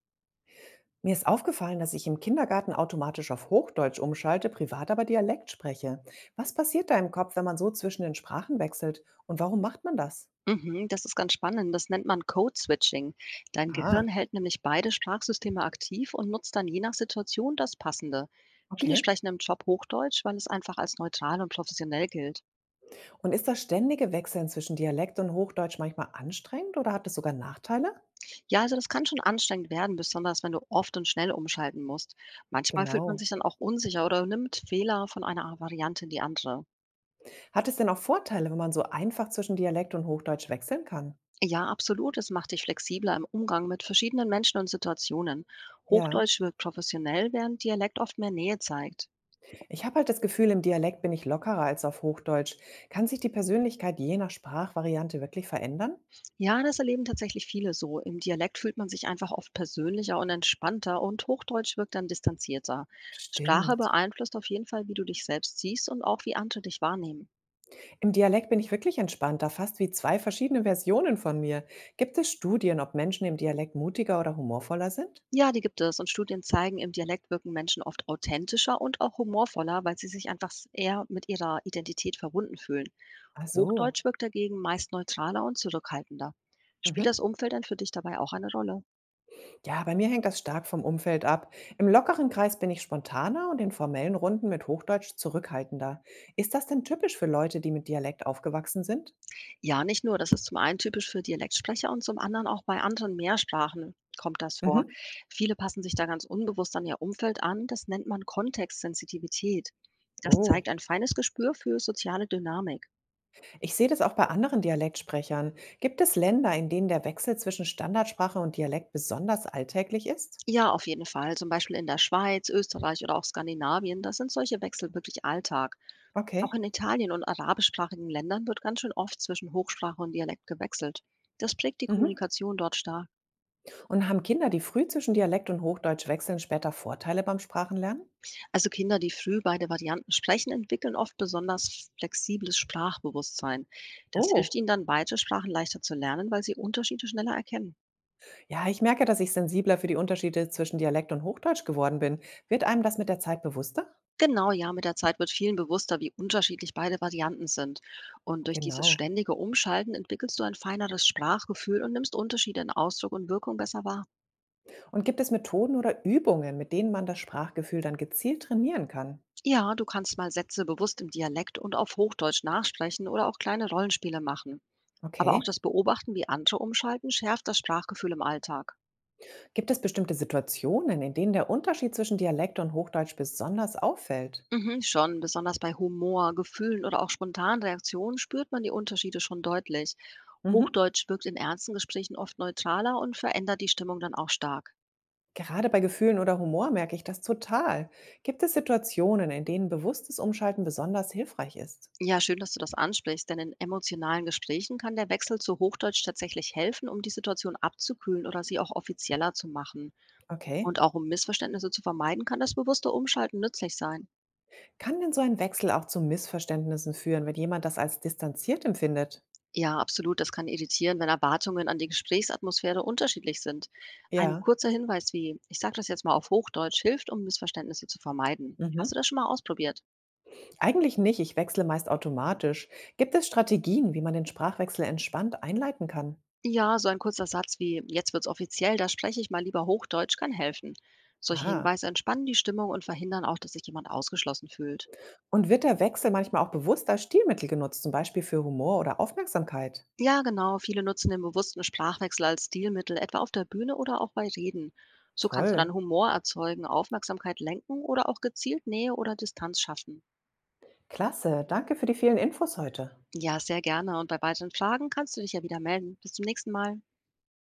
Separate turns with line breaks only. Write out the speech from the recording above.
Mir ist aufgefallen, dass ich im Kindergarten automatisch auf Hochdeutsch umschalte, privat aber Dialekt spreche. Was passiert da im Kopf, wenn man so zwischen den Sprachen wechselt? Und warum macht man das?
Mhm, das ist ganz spannend. Das nennt man Code-Switching. Dein Gehirn
Ah,
hält nämlich beide Sprachsysteme aktiv und nutzt dann je nach Situation das Passende. Viele
okay.
sprechen im Job Hochdeutsch, weil es einfach als neutral und professionell gilt.
Und ist das ständige Wechseln zwischen Dialekt und Hochdeutsch manchmal anstrengend oder hat es sogar Nachteile?
Ja, also das kann schon anstrengend werden, besonders wenn du oft und schnell umschalten musst. Manchmal fühlt man sich
Genau.
dann auch unsicher oder nimmt Fehler von einer Variante in die andere.
Hat es denn auch Vorteile, wenn man so einfach zwischen Dialekt und Hochdeutsch wechseln kann?
Ja, absolut. Es macht dich flexibler im Umgang mit verschiedenen Menschen und Situationen.
Ja,
Hochdeutsch wirkt professionell, während Dialekt oft mehr Nähe zeigt.
ich habe halt das Gefühl, im Dialekt bin ich lockerer als auf Hochdeutsch. Kann sich die Persönlichkeit je nach Sprachvariante wirklich verändern?
Ja, das erleben tatsächlich viele so. Im Dialekt fühlt man sich einfach oft persönlicher und entspannter und Hochdeutsch wirkt dann distanzierter. Sprache
Stimmt.
beeinflusst auf jeden Fall, wie du dich selbst siehst und auch wie andere dich wahrnehmen.
Im Dialekt bin ich wirklich entspannter, fast wie zwei verschiedene Versionen von mir. Gibt es Studien, ob Menschen im Dialekt mutiger oder humorvoller sind?
Ja, die gibt es und Studien zeigen, im Dialekt wirken Menschen oft authentischer und auch humorvoller, weil sie sich einfach eher mit ihrer Identität verbunden fühlen.
Ach so.
Hochdeutsch wirkt dagegen meist neutraler und zurückhaltender. Spielt das
Mhm.
Umfeld denn für dich dabei auch eine Rolle?
Ja, bei mir hängt das stark vom Umfeld ab. Im lockeren Kreis bin ich spontaner und in formellen Runden mit Hochdeutsch zurückhaltender. Ist das denn typisch für Leute, die mit Dialekt aufgewachsen sind?
Ja, nicht nur. Das ist zum einen typisch für Dialektsprecher und zum anderen auch bei anderen Mehrsprachen kommt das vor.
Mhm.
Viele passen sich da ganz unbewusst an ihr Umfeld an. Das nennt man Kontextsensitivität. Das
Oh,
zeigt ein feines Gespür für soziale Dynamik.
ich sehe das auch bei anderen Dialektsprechern. Gibt es Länder, in denen der Wechsel zwischen Standardsprache und Dialekt besonders alltäglich ist?
Ja, auf jeden Fall. Zum Beispiel in der Schweiz, Österreich oder auch Skandinavien, da sind solche Wechsel wirklich Alltag. Auch
Okay.
in Italien und arabischsprachigen Ländern wird ganz schön oft zwischen Hochsprache und Dialekt gewechselt. Das prägt die
Mhm.
Kommunikation dort stark.
Und haben Kinder, die früh zwischen Dialekt und Hochdeutsch wechseln, später Vorteile beim Sprachenlernen?
Also Kinder, die früh beide Varianten sprechen, entwickeln oft besonders flexibles Sprachbewusstsein. Das hilft
Oh,
ihnen dann, beide Sprachen leichter zu lernen, weil sie Unterschiede schneller erkennen.
ja, ich merke, dass ich sensibler für die Unterschiede zwischen Dialekt und Hochdeutsch geworden bin. Wird einem das mit der Zeit bewusster?
Genau, ja, mit der Zeit wird vielen bewusster, wie unterschiedlich beide Varianten sind. Und durch dieses
Genau.
ständige Umschalten entwickelst du ein feineres Sprachgefühl und nimmst Unterschiede in Ausdruck und Wirkung besser wahr.
Und gibt es Methoden oder Übungen, mit denen man das Sprachgefühl dann gezielt trainieren kann?
Ja, du kannst mal Sätze bewusst im Dialekt und auf Hochdeutsch nachsprechen oder auch kleine Rollenspiele machen. Aber auch
Okay.
das Beobachten, wie andere umschalten, schärft das Sprachgefühl im Alltag.
Gibt es bestimmte Situationen, in denen der Unterschied zwischen Dialekt und Hochdeutsch besonders auffällt?
Mhm, schon. Besonders bei Humor, Gefühlen oder auch spontanen Reaktionen spürt man die Unterschiede schon deutlich.
Mhm.
Hochdeutsch wirkt in ernsten Gesprächen oft neutraler und verändert die Stimmung dann auch stark.
Gerade bei Gefühlen oder Humor merke ich das total. Gibt es Situationen, in denen bewusstes Umschalten besonders hilfreich ist?
Ja, schön, dass du das ansprichst, denn in emotionalen Gesprächen kann der Wechsel zu Hochdeutsch tatsächlich helfen, um die Situation abzukühlen oder sie auch offizieller zu machen.
Okay.
Und auch um Missverständnisse zu vermeiden, kann das bewusste Umschalten nützlich sein.
Kann denn so ein Wechsel auch zu Missverständnissen führen, wenn jemand das als distanziert empfindet?
Ja, absolut. Das kann irritieren, wenn Erwartungen an die Gesprächsatmosphäre unterschiedlich sind. Ein
Ja.
kurzer Hinweis wie, ich sage das jetzt mal auf Hochdeutsch, hilft, um Missverständnisse zu vermeiden. Hast
Mhm.
du das schon mal ausprobiert?
Eigentlich nicht. Ich wechsle meist automatisch. Gibt es Strategien, wie man den Sprachwechsel entspannt einleiten kann?
Ja, so ein kurzer Satz wie, jetzt wird's offiziell, da spreche ich mal lieber Hochdeutsch, kann helfen. Solche
Aha.
Hinweise entspannen die Stimmung und verhindern auch, dass sich jemand ausgeschlossen fühlt.
Und wird der Wechsel manchmal auch bewusst als Stilmittel genutzt, zum Beispiel für Humor oder Aufmerksamkeit?
Ja, genau, viele nutzen den bewussten Sprachwechsel als Stilmittel, etwa auf der Bühne oder auch bei Reden. So kannst du
Toll.
dann Humor erzeugen, Aufmerksamkeit lenken oder auch gezielt Nähe oder Distanz schaffen.
Klasse. Danke für die vielen Infos heute.
Ja, sehr gerne. Und bei weiteren Fragen kannst du dich ja wieder melden. Bis zum nächsten Mal.